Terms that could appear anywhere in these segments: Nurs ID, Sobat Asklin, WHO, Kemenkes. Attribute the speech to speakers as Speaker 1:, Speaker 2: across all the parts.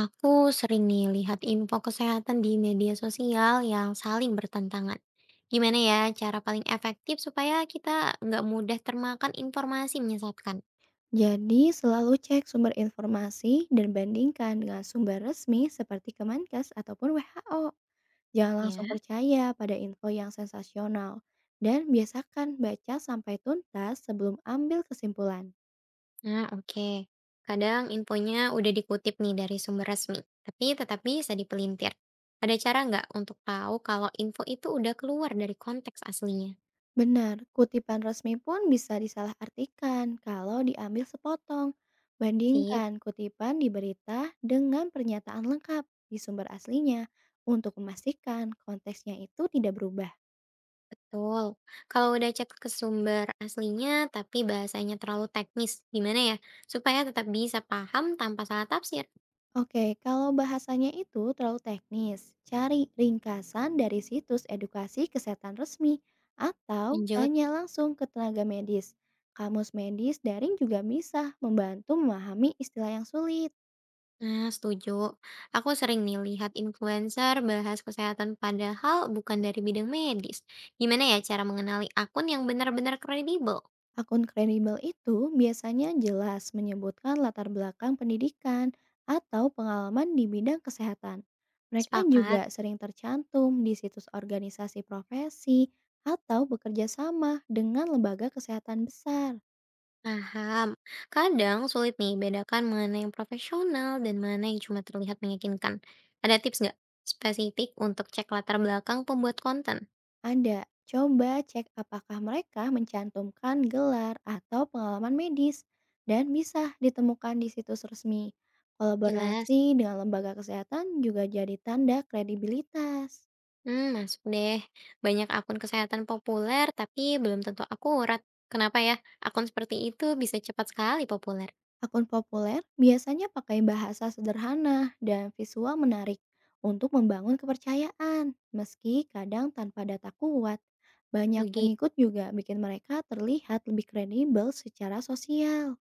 Speaker 1: Aku sering nih lihat info kesehatan di media sosial yang saling bertentangan. Gimana ya cara paling efektif supaya kita nggak mudah termakan informasi menyesatkan?
Speaker 2: Jadi, selalu cek sumber informasi dan bandingkan dengan sumber resmi seperti Kemenkes ataupun WHO. Jangan langsung
Speaker 1: Ya.
Speaker 2: percaya pada info yang sensasional dan biasakan baca sampai tuntas sebelum ambil kesimpulan.
Speaker 1: Nah, oke. Kadang infonya udah dikutip nih dari sumber resmi, tapi tetap bisa dipelintir. Ada cara nggak untuk tahu kalau info itu udah keluar dari konteks aslinya?
Speaker 2: Benar, kutipan resmi pun bisa disalahartikan kalau diambil sepotong.
Speaker 1: Sip.
Speaker 2: Bandingkan kutipan di berita dengan pernyataan lengkap di sumber aslinya untuk memastikan konteksnya itu tidak berubah.
Speaker 1: Betul. Kalau udah cek ke sumber aslinya tapi bahasanya terlalu teknis, gimana ya? Supaya tetap bisa paham tanpa salah tafsir.
Speaker 2: Oke, kalau bahasanya itu terlalu teknis, cari ringkasan dari situs edukasi kesehatan resmi atau
Speaker 1: Lanjut.
Speaker 2: tanya langsung ke tenaga medis. Kamus medis daring juga bisa membantu memahami istilah yang sulit.
Speaker 1: Nah, setuju. Aku sering nih lihat influencer bahas kesehatan padahal bukan dari bidang medis. Gimana ya cara mengenali akun yang benar-benar kredibel?
Speaker 2: Akun kredibel itu biasanya jelas menyebutkan latar belakang pendidikan atau pengalaman di bidang kesehatan. Mereka
Speaker 1: Sepakat.
Speaker 2: juga sering tercantum di situs organisasi profesi atau bekerja sama dengan lembaga kesehatan besar.
Speaker 1: Paham. Kadang sulit nih bedakan mana yang profesional dan mana yang cuma terlihat meyakinkan. Ada tips nggak spesifik untuk cek latar belakang pembuat konten?
Speaker 2: Ada. Coba cek apakah mereka mencantumkan gelar atau pengalaman medis dan bisa ditemukan di situs resmi.
Speaker 1: Jelas.
Speaker 2: Kolaborasi dengan lembaga kesehatan juga jadi tanda kredibilitas.
Speaker 1: Mmm, masuk deh. Banyak akun kesehatan populer, tapi belum tentu akurat. Kenapa ya? Akun seperti itu bisa cepat sekali populer.
Speaker 2: Akun populer biasanya pakai bahasa sederhana dan visual menarik untuk membangun kepercayaan, meski kadang tanpa data kuat. Banyak
Speaker 1: Lagi
Speaker 2: pengikut juga bikin mereka terlihat lebih kredibel secara sosial.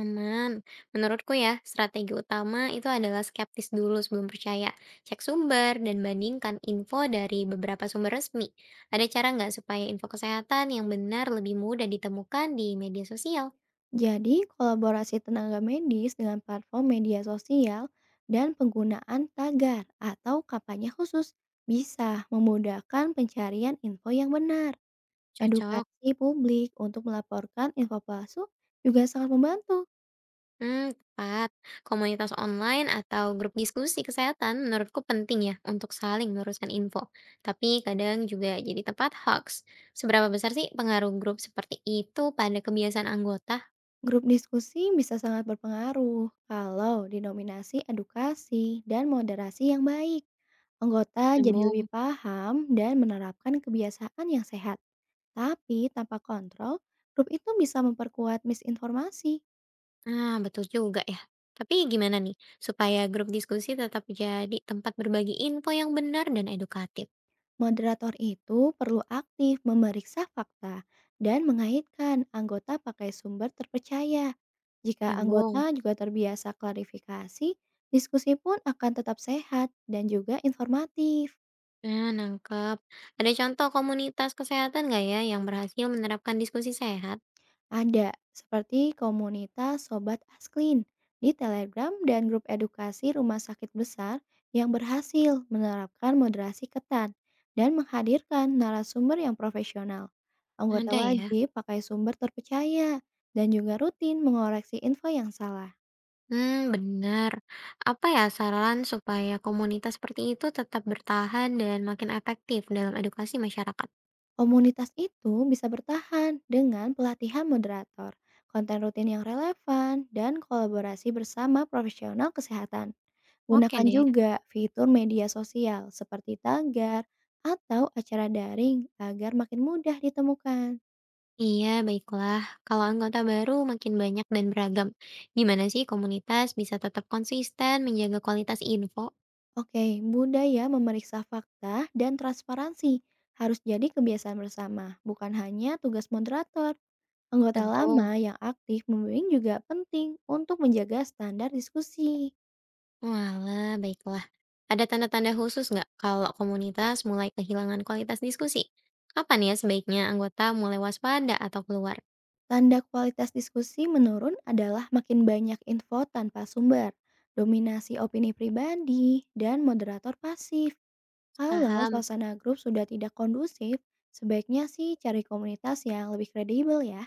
Speaker 1: aman. Menurutku ya, strategi utama itu adalah skeptis dulu sebelum percaya. Cek sumber dan bandingkan info dari beberapa sumber resmi. Ada cara nggak supaya info kesehatan yang benar lebih mudah ditemukan di media sosial?
Speaker 2: Jadi, kolaborasi tenaga medis dengan platform media sosial dan penggunaan tagar atau kampanye khusus bisa memudahkan pencarian info yang benar.
Speaker 1: Cocok.
Speaker 2: Edukasi publik untuk melaporkan info palsu juga sangat membantu.
Speaker 1: Hmm, tepat. Komunitas online atau grup diskusi kesehatan menurutku penting ya untuk saling meluruskan info. Tapi kadang juga jadi tempat hoax. Seberapa besar sih pengaruh grup seperti itu pada kebiasaan anggota?
Speaker 2: Grup diskusi bisa sangat berpengaruh kalau dinominasi edukasi dan moderasi yang baik. Anggota jadi
Speaker 1: Nyambung.
Speaker 2: lebih paham dan menerapkan kebiasaan yang sehat. Tapi tanpa kontrol, grup itu bisa memperkuat misinformasi.
Speaker 1: Ah, betul juga ya. Tapi gimana nih supaya grup diskusi tetap jadi tempat berbagi info yang benar dan edukatif?
Speaker 2: Moderator itu perlu aktif memeriksa fakta dan mengaitkan anggota pakai sumber terpercaya. Jika
Speaker 1: Nyambung.
Speaker 2: anggota juga terbiasa klarifikasi, diskusi pun akan tetap sehat dan juga informatif.
Speaker 1: Nah, nangkep. Ada contoh komunitas kesehatan nggak ya yang berhasil menerapkan diskusi sehat?
Speaker 2: Ada, seperti komunitas Sobat Asklin di Telegram dan grup edukasi rumah sakit besar yang berhasil menerapkan moderasi ketat dan menghadirkan narasumber yang profesional. Anggota
Speaker 1: Ada ya.
Speaker 2: wajib pakai sumber terpercaya dan juga rutin mengoreksi info yang salah.
Speaker 1: Hmm, benar. Apa ya saran supaya komunitas seperti itu tetap bertahan dan makin efektif dalam edukasi masyarakat?
Speaker 2: Komunitas itu bisa bertahan dengan pelatihan moderator, konten rutin yang relevan, dan kolaborasi bersama profesional kesehatan.
Speaker 1: Oke
Speaker 2: Gunakan
Speaker 1: deh.
Speaker 2: juga fitur media sosial seperti tagar atau acara daring agar makin mudah ditemukan.
Speaker 1: Iya, baiklah. Kalau anggota baru makin banyak dan beragam, gimana sih komunitas bisa tetap konsisten menjaga kualitas info?
Speaker 2: Oke, budaya memeriksa fakta dan transparansi harus jadi kebiasaan bersama, bukan hanya tugas moderator. Anggota
Speaker 1: Tentu.
Speaker 2: lama yang aktif membimbing juga penting untuk menjaga standar diskusi.
Speaker 1: Walah, baiklah. Ada tanda-tanda khusus nggak kalau komunitas mulai kehilangan kualitas diskusi? Kapan ya sebaiknya anggota mulai waspada atau keluar?
Speaker 2: Tanda kualitas diskusi menurun adalah makin banyak info tanpa sumber, dominasi opini pribadi, dan moderator pasif. Kalau
Speaker 1: Paham.
Speaker 2: suasana grup sudah tidak kondusif, sebaiknya sih cari komunitas yang lebih kredibel ya.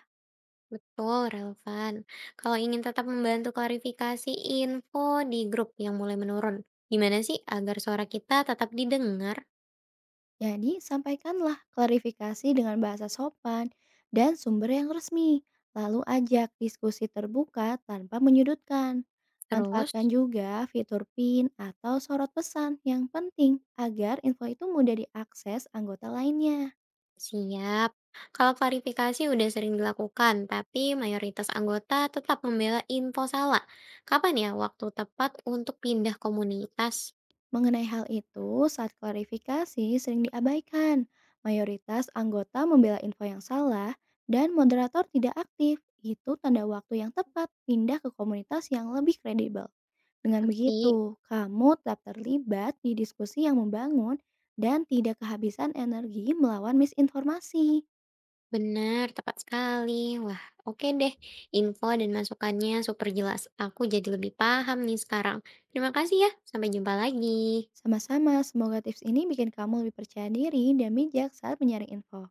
Speaker 1: Betul, relevan. Kalau ingin tetap membantu klarifikasi info di grup yang mulai menurun, gimana sih agar suara kita tetap didengar?
Speaker 2: Jadi, sampaikanlah klarifikasi dengan bahasa sopan dan sumber yang resmi. Lalu ajak diskusi terbuka tanpa menyudutkan.
Speaker 1: Terus,
Speaker 2: Manfaatkan juga fitur PIN atau sorot pesan yang penting agar info itu mudah diakses anggota lainnya.
Speaker 1: siap. Kalau klarifikasi udah sering dilakukan, tapi mayoritas anggota tetap membela info salah. Kapan ya waktu tepat untuk pindah komunitas?
Speaker 2: Mengenai hal itu, saat klarifikasi sering diabaikan. Mayoritas anggota membela info yang salah dan moderator tidak aktif. Itu tanda waktu yang tepat pindah ke komunitas yang lebih kredibel. Dengan
Speaker 1: Nanti.
Speaker 2: begitu, kamu tetap terlibat di diskusi yang membangun dan tidak kehabisan energi melawan misinformasi.
Speaker 1: Benar, tepat sekali. Wah, oke deh. Info dan masukannya super jelas. Aku jadi lebih paham nih sekarang. Terima kasih ya. Sampai jumpa lagi.
Speaker 2: Sama-sama, semoga tips ini bikin kamu lebih percaya diri dan bijak saat menyaring info.